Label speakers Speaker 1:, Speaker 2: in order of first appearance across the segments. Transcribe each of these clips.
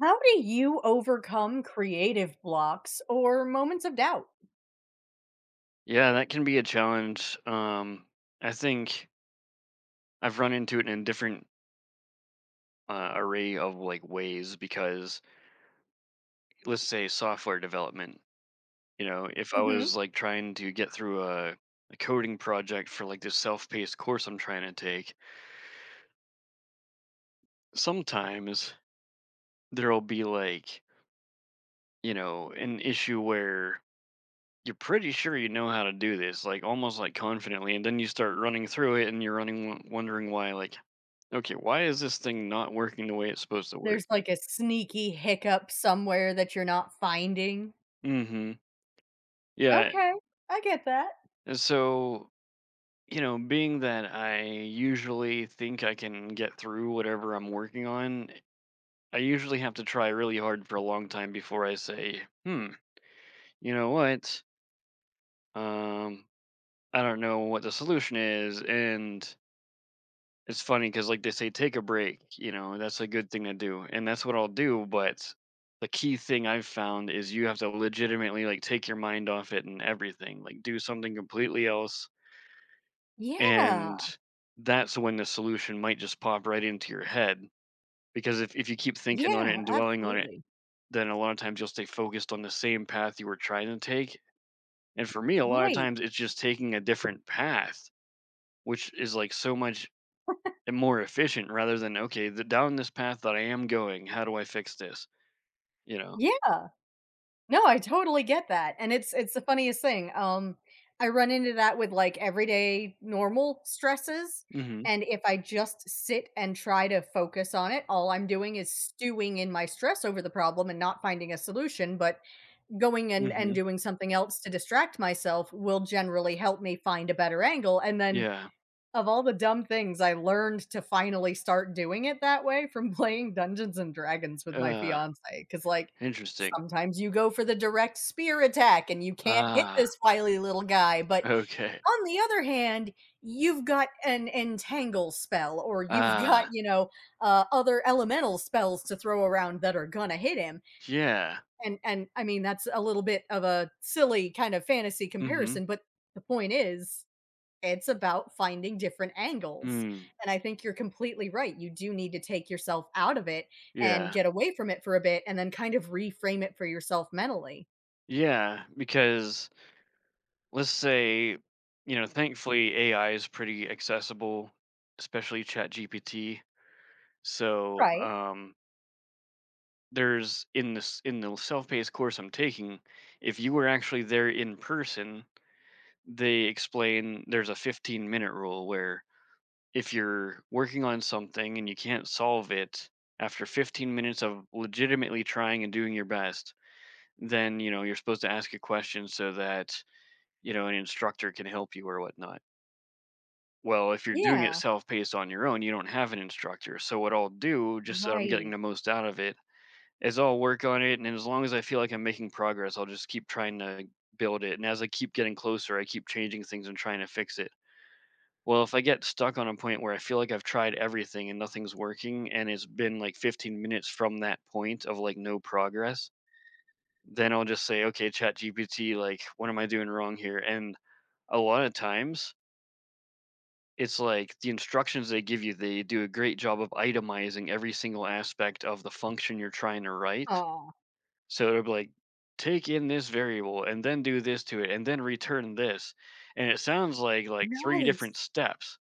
Speaker 1: How do you overcome creative blocks or moments of doubt?
Speaker 2: Yeah, that can be a challenge. I think I've run into it in a different array of like ways because let's say software development, you know, if I
Speaker 1: Hmm.
Speaker 2: was like trying to get through a coding project for like this self-paced course I'm trying to take, sometimes there'll be like, you know, an issue where you're pretty sure you know how to do this, like almost like confidently, and then you start running through it and you're running wondering why like okay, why is this thing not working the way it's supposed to
Speaker 1: There's
Speaker 2: work?
Speaker 1: like a sneaky hiccup somewhere that you're not finding.
Speaker 2: Hmm. Yeah.
Speaker 1: Okay, I get that.
Speaker 2: So, you know, being that I usually think I can get through whatever I'm working on, I usually have to try really hard for a long time before I say, hmm, you know what? Um, I don't know what the solution is. And it's funny because, like they say, take a break. You know, that's a good thing to do. And that's what I'll do. But the key thing I've found is you have to legitimately, like, take your mind off it and everything, like, do something completely else.
Speaker 1: Yeah,
Speaker 2: And that's when the solution might just pop right into your head, because if you keep thinking on
Speaker 1: yeah,
Speaker 2: it and dwelling on it,
Speaker 1: absolutely.
Speaker 2: then a lot of times you'll stay focused on the same path you were trying to take. And for me, a lot of
Speaker 1: Right.
Speaker 2: times it's just taking a different path, which is like so much more efficient rather than okay, down this path that I am going, how do I fix this? You know?
Speaker 1: Yeah. No, I totally get that. And it's the funniest thing. I run into that with like everyday normal stresses,
Speaker 2: Mm-hmm.
Speaker 1: and if I just sit and try to focus on it, all I'm doing is stewing in my stress over the problem and not finding a solution, but going and
Speaker 2: Mm-hmm.
Speaker 1: doing something else to distract myself will generally help me find a better angle. And then
Speaker 2: Yeah.
Speaker 1: of all the dumb things, I learned to finally start doing it that way from playing Dungeons and Dragons with my
Speaker 2: Uh,
Speaker 1: fiance. Because like,
Speaker 2: interesting.
Speaker 1: sometimes you go for the direct spear attack and you can't hit
Speaker 2: Ah,
Speaker 1: this wily little guy, but
Speaker 2: okay.
Speaker 1: on the other hand, you've got an entangle spell or you've got,
Speaker 2: Ah,
Speaker 1: other elemental spells to throw around that are gonna hit him,
Speaker 2: yeah.
Speaker 1: and I mean, that's a little bit of a silly kind of fantasy
Speaker 2: Mm-hmm.
Speaker 1: comparison, but the point is it's about finding different angles.
Speaker 2: Mm.
Speaker 1: And I think you're completely right. You do need to take yourself out of it and
Speaker 2: Yeah.
Speaker 1: get away from it for a bit and then kind of reframe it for yourself mentally.
Speaker 2: Yeah, because let's say, you know, thankfully AI is pretty accessible, especially ChatGPT. So,
Speaker 1: Right.
Speaker 2: there's in this in the self-paced course I'm taking, if you were actually there in person, they explain there's a 15-minute rule where if you're working on something and you can't solve it after 15 minutes of legitimately trying and doing your best, then, you know, you're supposed to ask a question so that you know, an instructor can help you or whatnot. Well, if you're doing it
Speaker 1: Yeah.
Speaker 2: self paced on your own, you don't have an instructor. So, what I'll do, just so I'm getting
Speaker 1: Right.
Speaker 2: the most out of it, is I'll work on it. And as long as I feel like I'm making progress, I'll just keep trying to build it. And as I keep getting closer, I keep changing things and trying to fix it. Well, if I get stuck on a point where I feel like I've tried everything and nothing's working, and it's been like 15 minutes from that point of like no progress, then I'll just say, okay, chat GPT, like, what am I doing wrong here? And a lot of times it's like the instructions they give you, they do a great job of itemizing every single aspect of the function you're trying to write.
Speaker 1: Oh,
Speaker 2: So it'll be like, take in this variable and then do this to it and then return this. And it sounds like three different
Speaker 1: nice.
Speaker 2: steps,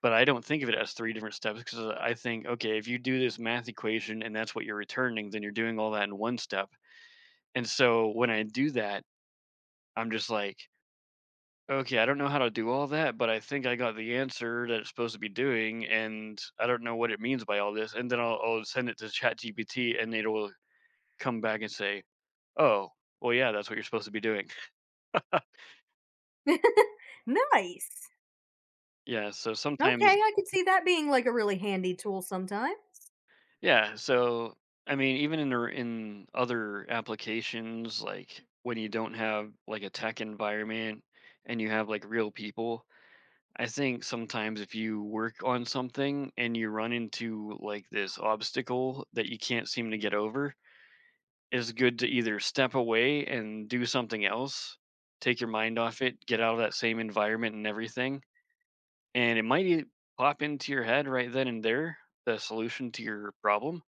Speaker 2: but I don't think of it as three different steps because I think, okay, if you do this math equation and that's what you're returning, then you're doing all that in one step. And so when I do that, I'm just like, okay, I don't know how to do all that, but I think I got the answer that it's supposed to be doing, and I don't know what it means by all this. And then I'll send it to ChatGPT, and it'll come back and say, "Oh, well, yeah, that's what you're supposed to be doing."
Speaker 1: Nice.
Speaker 2: Yeah, so
Speaker 1: Okay,
Speaker 2: sometimes,
Speaker 1: I could see that being like a really handy tool sometimes.
Speaker 2: yeah, so I mean, even in in other applications, like when you don't have like a tech environment and you have like real people, I think sometimes if you work on something and you run into like this obstacle that you can't seem to get over, it's good to either step away and do something else, take your mind off it, get out of that same environment and everything. And it might pop into your head right then and there, the solution to your problem.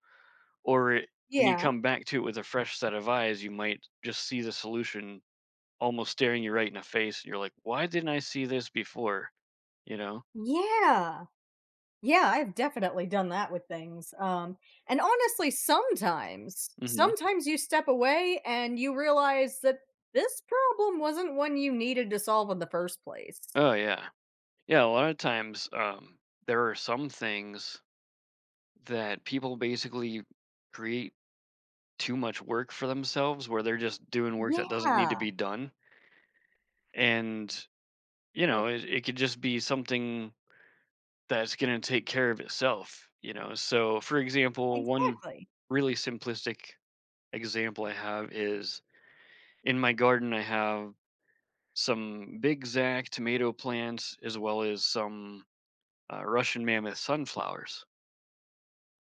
Speaker 2: Or it, when you
Speaker 1: Yeah.
Speaker 2: come back to it with a fresh set of eyes, you might just see the solution almost staring you right in the face. And you're like, why didn't I see this before? You know?
Speaker 1: Yeah. Yeah, I've definitely done that with things. And honestly, sometimes,
Speaker 2: Hmm.
Speaker 1: sometimes you step away and you realize that this problem wasn't one you needed to solve in the first place.
Speaker 2: Oh, yeah. Yeah, a lot of times, there are some things that people basically create too much work for themselves where they're just doing work that doesn't need to
Speaker 1: Yeah,
Speaker 2: be done. And, you know, it could just be something that's going to take care of itself, you know. So, for example, one
Speaker 1: exactly.
Speaker 2: really simplistic example I have is in my garden, I have some big Zac tomato plants as well as some Russian mammoth sunflowers.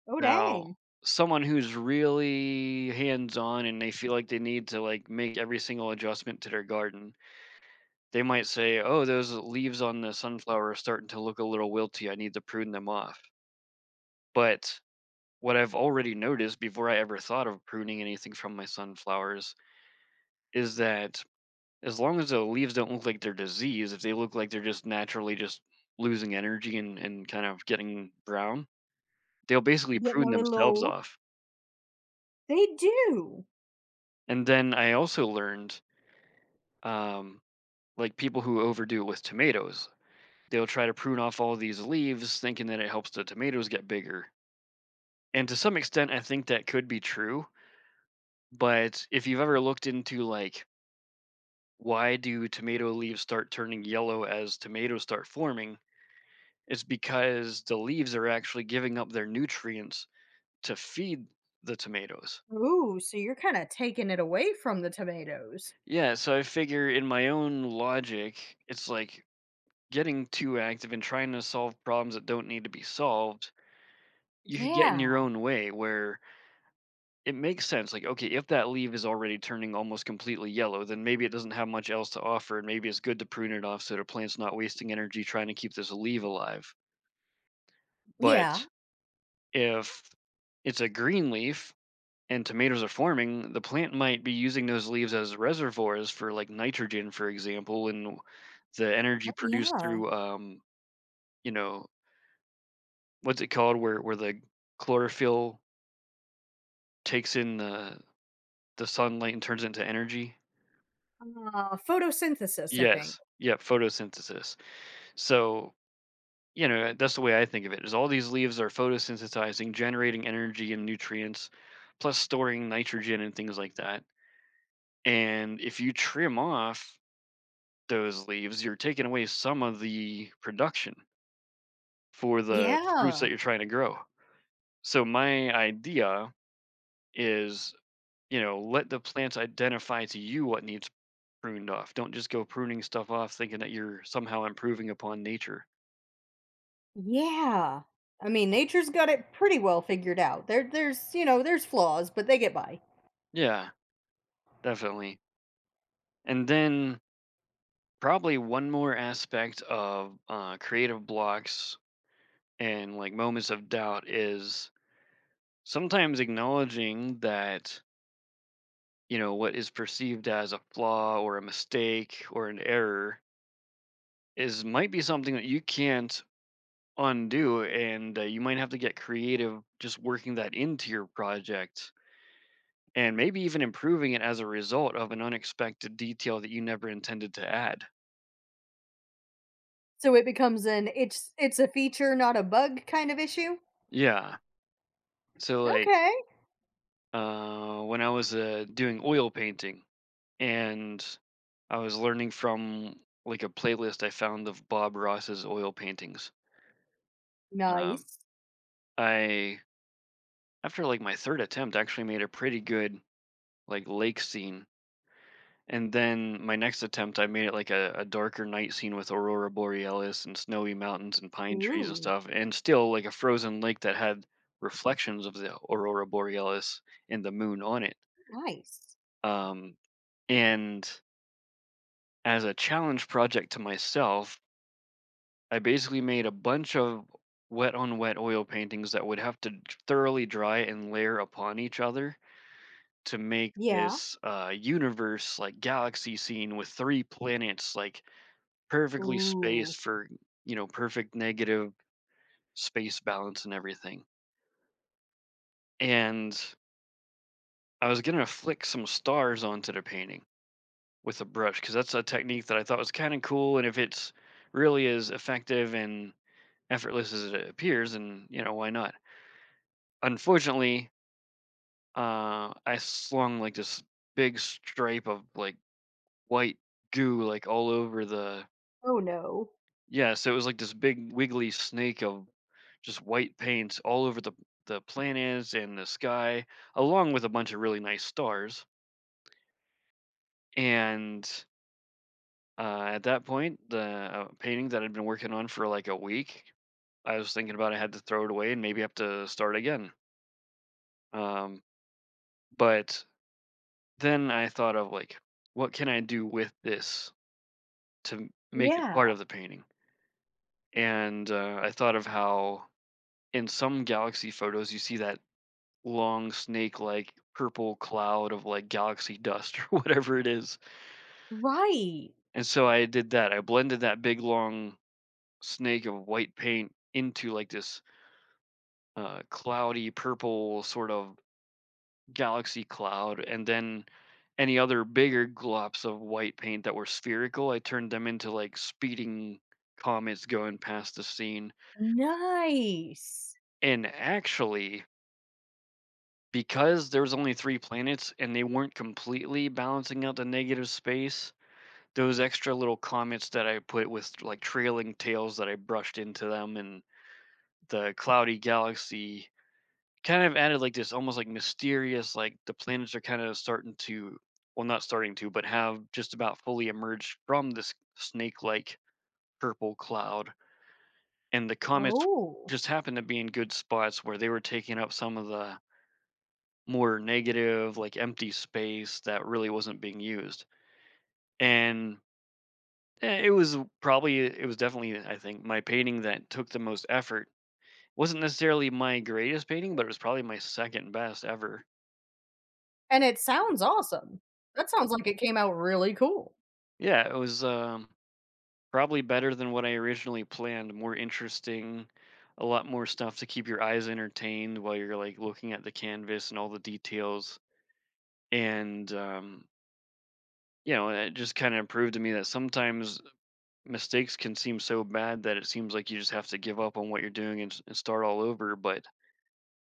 Speaker 1: Oh,
Speaker 2: Now,
Speaker 1: dang.
Speaker 2: someone who's really hands-on and they feel like they need to, like, make every single adjustment to their garden, they might say, "Oh, those leaves on the sunflower are starting to look a little wilty, I need to prune them off." But what I've already noticed before I ever thought of pruning anything from my sunflowers is that as long as the leaves don't look like they're diseased, if they look like they're just naturally just losing energy and kind of getting brown, they'll basically
Speaker 1: Getting a
Speaker 2: prune
Speaker 1: little
Speaker 2: themselves
Speaker 1: old.
Speaker 2: off.
Speaker 1: They do.
Speaker 2: And then I also learned um, like people who overdo it with tomatoes. They'll try to prune off all these leaves, thinking that it helps the tomatoes get bigger. And to some extent, I think that could be true. But if you've ever looked into like why do tomato leaves start turning yellow as tomatoes start forming, it's because the leaves are actually giving up their nutrients to feed the tomatoes.
Speaker 1: Ooh, so you're kind of taking it away from the tomatoes.
Speaker 2: Yeah, so I figure in my own logic, it's like getting too active and trying to solve problems that don't need to be solved, you could get in your
Speaker 1: Yeah.
Speaker 2: own way where it makes sense like okay if that leaf is already turning almost completely yellow then maybe it doesn't have much else to offer and maybe it's good to prune it off so the plant's not wasting energy trying to keep this leaf alive,
Speaker 1: Yeah.
Speaker 2: but if it's a green leaf and tomatoes are forming the plant might be using those leaves as reservoirs for like nitrogen for example and the
Speaker 1: Oh,
Speaker 2: energy produced
Speaker 1: yeah.
Speaker 2: through you know what's it called where the chlorophyll takes in the sunlight and turns it into energy.
Speaker 1: Photosynthesis, I think.
Speaker 2: Yes. Yep. Photosynthesis. So, you know, that's the way I think of it is all these leaves are photosynthesizing, generating energy and nutrients, plus storing nitrogen and things like that. And if you trim off those leaves, you're taking away some of the production for the fruits
Speaker 1: Yeah.
Speaker 2: that you're trying to grow. So, my idea is, you know, let the plants identify to you what needs pruned off. Don't just go pruning stuff off thinking that you're somehow improving upon nature.
Speaker 1: Yeah. I mean, nature's got it pretty well figured out. There's, you know, there's flaws, but they get by.
Speaker 2: Yeah, definitely. And then probably one more aspect of creative blocks and like moments of doubt is sometimes acknowledging that, you know, what is perceived as a flaw or a mistake or an error is might be something that you can't undo, and you might have to get creative just working that into your project and maybe even improving it as a result of an unexpected detail that you never intended to add.
Speaker 1: So it becomes an it's a feature, not a bug kind of issue.
Speaker 2: Yeah. So like
Speaker 1: Okay.
Speaker 2: when I was doing oil painting, and I was learning from like a playlist I found of Bob Ross's oil paintings. Um,
Speaker 1: Nice.
Speaker 2: I after like my third attempt, actually made a pretty good like lake scene, and then my next attempt, I made it like a darker night scene with aurora borealis and snowy mountains and pine trees and
Speaker 1: Ooh,
Speaker 2: stuff, and still like a frozen lake that had reflections of the aurora borealis and the moon on it.
Speaker 1: nice.
Speaker 2: Um, and as a challenge project to myself, I basically made a bunch of wet on wet oil paintings that would have to thoroughly dry and layer upon each other to make
Speaker 1: Yeah.
Speaker 2: this universe like galaxy scene with three planets like perfectly
Speaker 1: Ooh.
Speaker 2: spaced for you know perfect negative space balance and everything, and I was gonna flick some stars onto the painting with a brush because that's a technique that I thought was kind of cool and if it's really is effective and effortless as it appears, and you know why not? Unfortunately, I slung like this big stripe of like white goo like all over the,
Speaker 1: Oh no.
Speaker 2: yeah. So it was like this big wiggly snake of just white paint all over the planets and the sky, along with a bunch of really nice stars. And at that point, the painting that I'd been working on for like a week, I was thinking about I had to throw it away and maybe have to start again. Um, but then I thought of like, what can I do with this to make it
Speaker 1: Yeah.
Speaker 2: part of the painting? And I thought of how in some galaxy photos you see that long snake-like purple cloud of like galaxy dust or whatever it is.
Speaker 1: Right.
Speaker 2: And so I did that. I blended that big long snake of white paint into like this cloudy purple sort of galaxy cloud, and then any other bigger glops of white paint that were spherical, I turned them into like speeding comets going past the scene.
Speaker 1: Nice.
Speaker 2: And actually, because there was only three planets and they weren't completely balancing out the negative space, those extra little comets that I put with like trailing tails that I brushed into them and the cloudy galaxy kind of added, like, this almost, like, mysterious, like, the planets are kinda starting to, well, not starting to, but have just about fully emerged from this snake-like purple cloud, and the comets
Speaker 1: Oh.
Speaker 2: just happened to be in good spots where they were taking up some of the more negative, like, empty space that really wasn't being used, and I it was probably it was definitely, I think, my painting that took the most effort. Wasn't necessarily my greatest painting, but it was probably my 2nd best ever.
Speaker 1: And it sounds awesome. That sounds like it came out really cool.
Speaker 2: Yeah, it was, probably better than what I originally planned, more interesting, a lot more stuff to keep your eyes entertained while you're like looking at the canvas and all the details. And you know, it just kind of proved to me that sometimes mistakes can seem so bad that it seems like you just have to give up on what you're doing, and start all over. But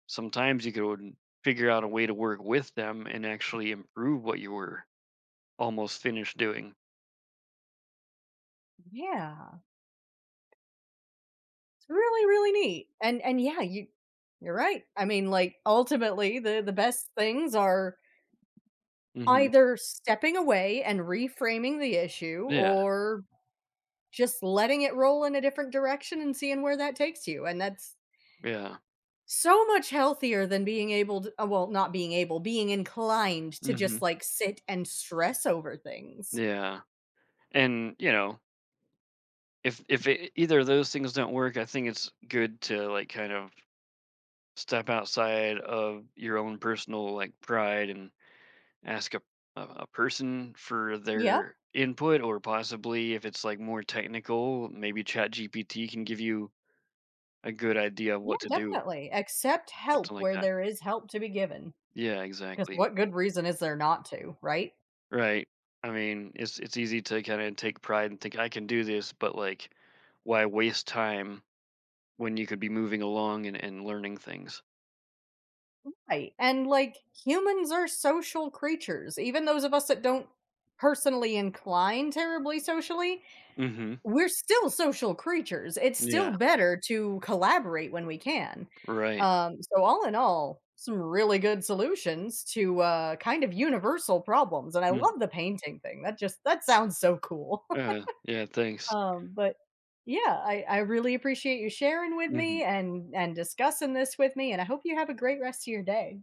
Speaker 2: sometimes you could figure out a way to work with them and actually improve what you were almost finished doing.
Speaker 1: Yeah. It's really, really neat. And yeah, you you're right. I mean, like, ultimately, the best things are
Speaker 2: Hmm.
Speaker 1: either stepping away and reframing the issue
Speaker 2: Yeah,
Speaker 1: or just letting it roll in a different direction and seeing where that takes you. And that's
Speaker 2: yeah.
Speaker 1: so much healthier than being able to, well, not being able, being inclined to just
Speaker 2: Hmm.
Speaker 1: like sit and stress over things.
Speaker 2: Yeah. And, you know, if either of those things don't work, I think it's good to like kind of step outside of your own personal like pride and ask a person for
Speaker 1: Yep.
Speaker 2: their input or possibly if it's like more technical, maybe ChatGPT can give you a good idea of
Speaker 1: Yeah,
Speaker 2: what to do,
Speaker 1: definitely. Accept help
Speaker 2: something like
Speaker 1: where
Speaker 2: that.
Speaker 1: there is help to be given.
Speaker 2: Yeah,
Speaker 1: Because
Speaker 2: exactly.
Speaker 1: what good reason is there not to, right?
Speaker 2: Right. I mean, it's easy to kind of take pride and think I can do this, but like why waste time when you could be moving along and learning things?
Speaker 1: Right. And like humans are social creatures. Even those of us that don't personally incline terribly socially,
Speaker 2: Hmm.
Speaker 1: we're still social creatures. It's still
Speaker 2: Yeah,
Speaker 1: better to collaborate when we can.
Speaker 2: right.
Speaker 1: So, all in all, some really good solutions to kind of universal problems. And I
Speaker 2: Mm.
Speaker 1: love the painting thing. That just that sounds so cool.
Speaker 2: Yeah, thanks.
Speaker 1: But yeah, I really appreciate you sharing with me
Speaker 2: Mhm.
Speaker 1: and discussing this with me. And I hope you have a great rest of your day.